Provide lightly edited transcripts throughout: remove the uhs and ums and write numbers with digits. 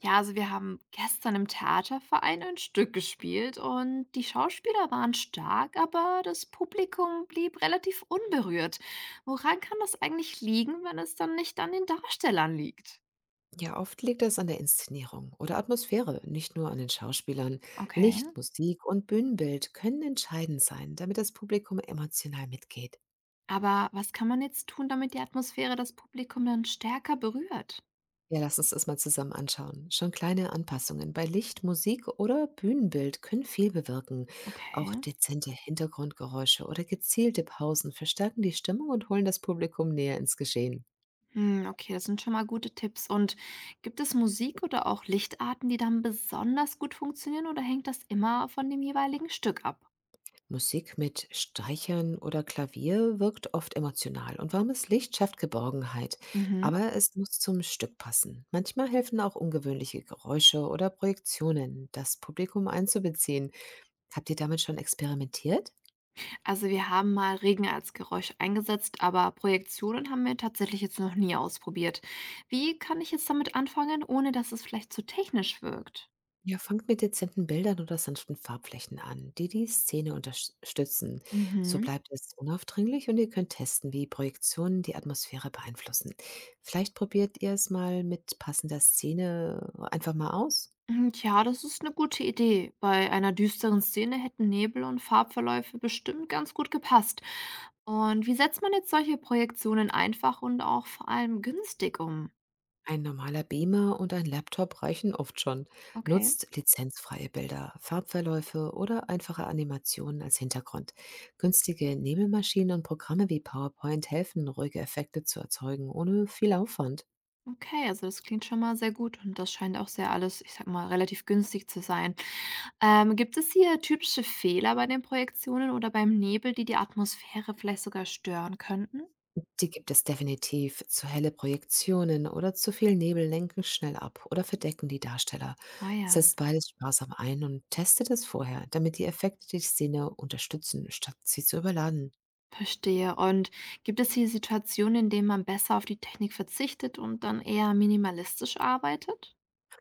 Ja, also wir haben gestern im Theaterverein ein Stück gespielt und die Schauspieler waren stark, aber das Publikum blieb relativ unberührt. Woran kann das eigentlich liegen, wenn es dann nicht an den Darstellern liegt? Ja, oft liegt es an der Inszenierung oder Atmosphäre, nicht nur an den Schauspielern. Okay. Licht, Musik und Bühnenbild können entscheidend sein, damit das Publikum emotional mitgeht. Aber was kann man jetzt tun, damit die Atmosphäre das Publikum dann stärker berührt? Ja, lass uns das mal zusammen anschauen. Schon kleine Anpassungen bei Licht, Musik oder Bühnenbild können viel bewirken. Auch Okay. dezente Hintergrundgeräusche oder gezielte Pausen verstärken die Stimmung und holen das Publikum näher ins Geschehen. Hm, okay, das sind schon mal gute Tipps. Und gibt es Musik oder auch Lichtarten, die dann besonders gut funktionieren, oder hängt das immer von dem jeweiligen Stück ab? Musik mit Streichern oder Klavier wirkt oft emotional und warmes Licht schafft Geborgenheit, Mhm. aber es muss zum Stück passen. Manchmal helfen auch ungewöhnliche Geräusche oder Projektionen, das Publikum einzubeziehen. Habt ihr damit schon experimentiert? Also wir haben mal Regen als Geräusch eingesetzt, aber Projektionen haben wir tatsächlich jetzt noch nie ausprobiert. Wie kann ich jetzt damit anfangen, ohne dass es vielleicht zu technisch wirkt? Ja, fangt mit dezenten Bildern oder sanften Farbflächen an, die die Szene unterstützen. So Mhm. bleibt es unaufdringlich und ihr könnt testen, wie Projektionen die Atmosphäre beeinflussen. Vielleicht probiert ihr es mal mit passender Szene einfach mal aus. Hm, tja, das ist eine gute Idee. Bei einer düsteren Szene hätten Nebel und Farbverläufe bestimmt ganz gut gepasst. Und wie setzt man jetzt solche Projektionen einfach und auch vor allem günstig um? Ein normaler Beamer und ein Laptop reichen oft schon. Okay. Nutzt lizenzfreie Bilder, Farbverläufe oder einfache Animationen als Hintergrund. Günstige Nebelmaschinen und Programme wie PowerPoint helfen, ruhige Effekte zu erzeugen, ohne viel Aufwand. Okay, also das klingt schon mal sehr gut, und das scheint auch sehr alles, ich sag mal, relativ günstig zu sein. Gibt es hier typische Fehler bei den Projektionen oder beim Nebel, die die Atmosphäre vielleicht sogar stören könnten? Die gibt es definitiv. Zu helle Projektionen oder zu viel Nebel lenken schnell ab oder verdecken die Darsteller. Ah ja, Setzt beides sparsam ein und testet es vorher, damit die Effekte die Szene unterstützen, statt sie zu überladen. verstehe. Und gibt es hier Situationen, in denen man besser auf die Technik verzichtet und dann eher minimalistisch arbeitet?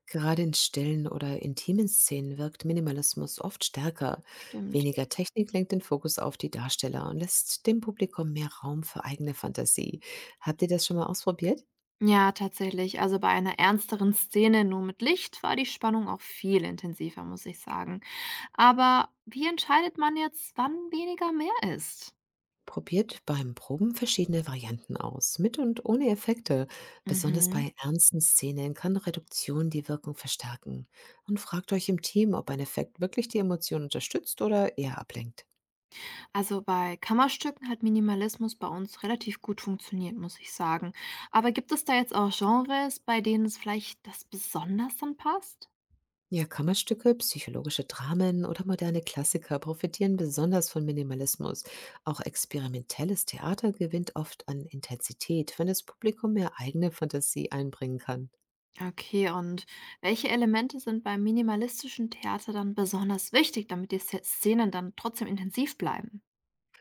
Gerade in stillen oder intimen Szenen wirkt Minimalismus oft stärker. Stimmt. Weniger Technik lenkt den Fokus auf die Darsteller und lässt dem Publikum mehr Raum für eigene Fantasie. Habt ihr das schon mal ausprobiert? Ja, tatsächlich. Also bei einer ernsteren Szene nur mit Licht war die Spannung auch viel intensiver, muss ich sagen. Aber wie entscheidet man jetzt, wann weniger mehr ist? Probiert beim Proben verschiedene Varianten aus, mit und ohne Effekte. Besonders Mhm. bei ernsten Szenen kann Reduktion die Wirkung verstärken. Und fragt euch im Team, ob ein Effekt wirklich die Emotion unterstützt oder eher ablenkt. Also bei Kammerstücken hat Minimalismus bei uns relativ gut funktioniert, muss ich sagen. Aber gibt es da jetzt auch Genres, bei denen es vielleicht das besonders dann passt? Ja, Kammerstücke, psychologische Dramen oder moderne Klassiker profitieren besonders von Minimalismus. Auch experimentelles Theater gewinnt oft an Intensität, wenn das Publikum mehr eigene Fantasie einbringen kann. Okay, und welche Elemente sind beim minimalistischen Theater dann besonders wichtig, damit die Szenen dann trotzdem intensiv bleiben?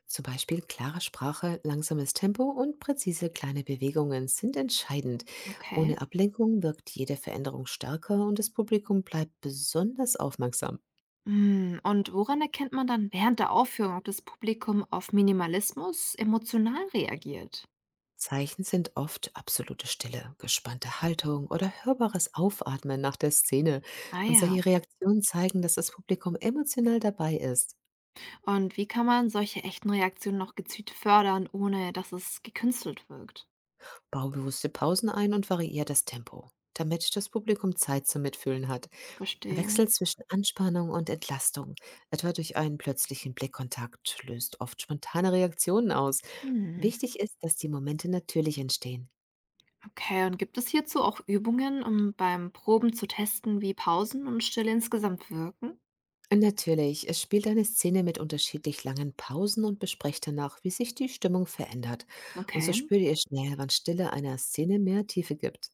Zum Beispiel klare Sprache, langsames Tempo und präzise kleine Bewegungen sind entscheidend. Okay. Ohne Ablenkung wirkt jede Veränderung stärker und das Publikum bleibt besonders aufmerksam. Hm, und woran erkennt man dann während der Aufführung, ob das Publikum auf Minimalismus emotional reagiert? Zeichen sind oft absolute Stille, gespannte Haltung oder hörbares Aufatmen nach der Szene. Ah Und ja. solche Reaktionen zeigen, dass das Publikum emotional dabei ist. Und wie kann man solche echten Reaktionen noch gezielt fördern, ohne dass es gekünstelt wirkt? Bau bewusste Pausen ein und variier das Tempo, damit das Publikum Zeit zum Mitfühlen hat. Verstehe. Wechsel zwischen Anspannung und Entlastung, etwa durch einen plötzlichen Blickkontakt, löst oft spontane Reaktionen aus. Hm. Wichtig ist, dass die Momente natürlich entstehen. Okay, und gibt es hierzu auch Übungen, um beim Proben zu testen, wie Pausen und Stille insgesamt wirken? Natürlich, es spielt eine Szene mit unterschiedlich langen Pausen und besprecht danach, wie sich die Stimmung verändert. Und so Okay. spürt ihr schnell, wann Stille einer Szene mehr Tiefe gibt.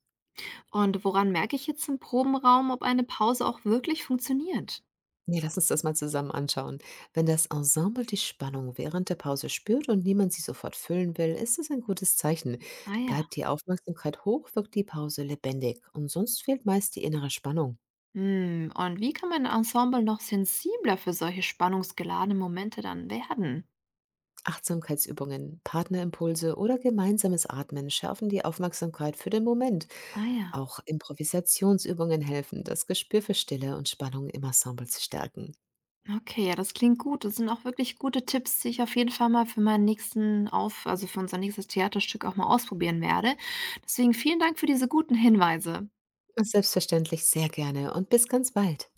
Und woran merke ich jetzt im Probenraum, ob eine Pause auch wirklich funktioniert? Ja, lass uns das mal zusammen anschauen. Wenn das Ensemble die Spannung während der Pause spürt und niemand sie sofort füllen will, ist das ein gutes Zeichen. Ah ja. Bleibt die Aufmerksamkeit hoch, wirkt die Pause lebendig und sonst fehlt meist die innere Spannung. Hm. Und wie kann mein Ensemble noch sensibler für solche spannungsgeladenen Momente dann werden? Achtsamkeitsübungen, Partnerimpulse oder gemeinsames Atmen schärfen die Aufmerksamkeit für den Moment. Ah ja. Auch Improvisationsübungen helfen, das Gespür für Stille und Spannung im Ensemble zu stärken. Okay, ja, das klingt gut. Das sind auch wirklich gute Tipps, die ich auf jeden Fall mal für meinen nächsten auf also, für unser nächstes Theaterstück auch mal ausprobieren werde. Deswegen vielen Dank für diese guten Hinweise. Selbstverständlich sehr gerne und bis ganz bald.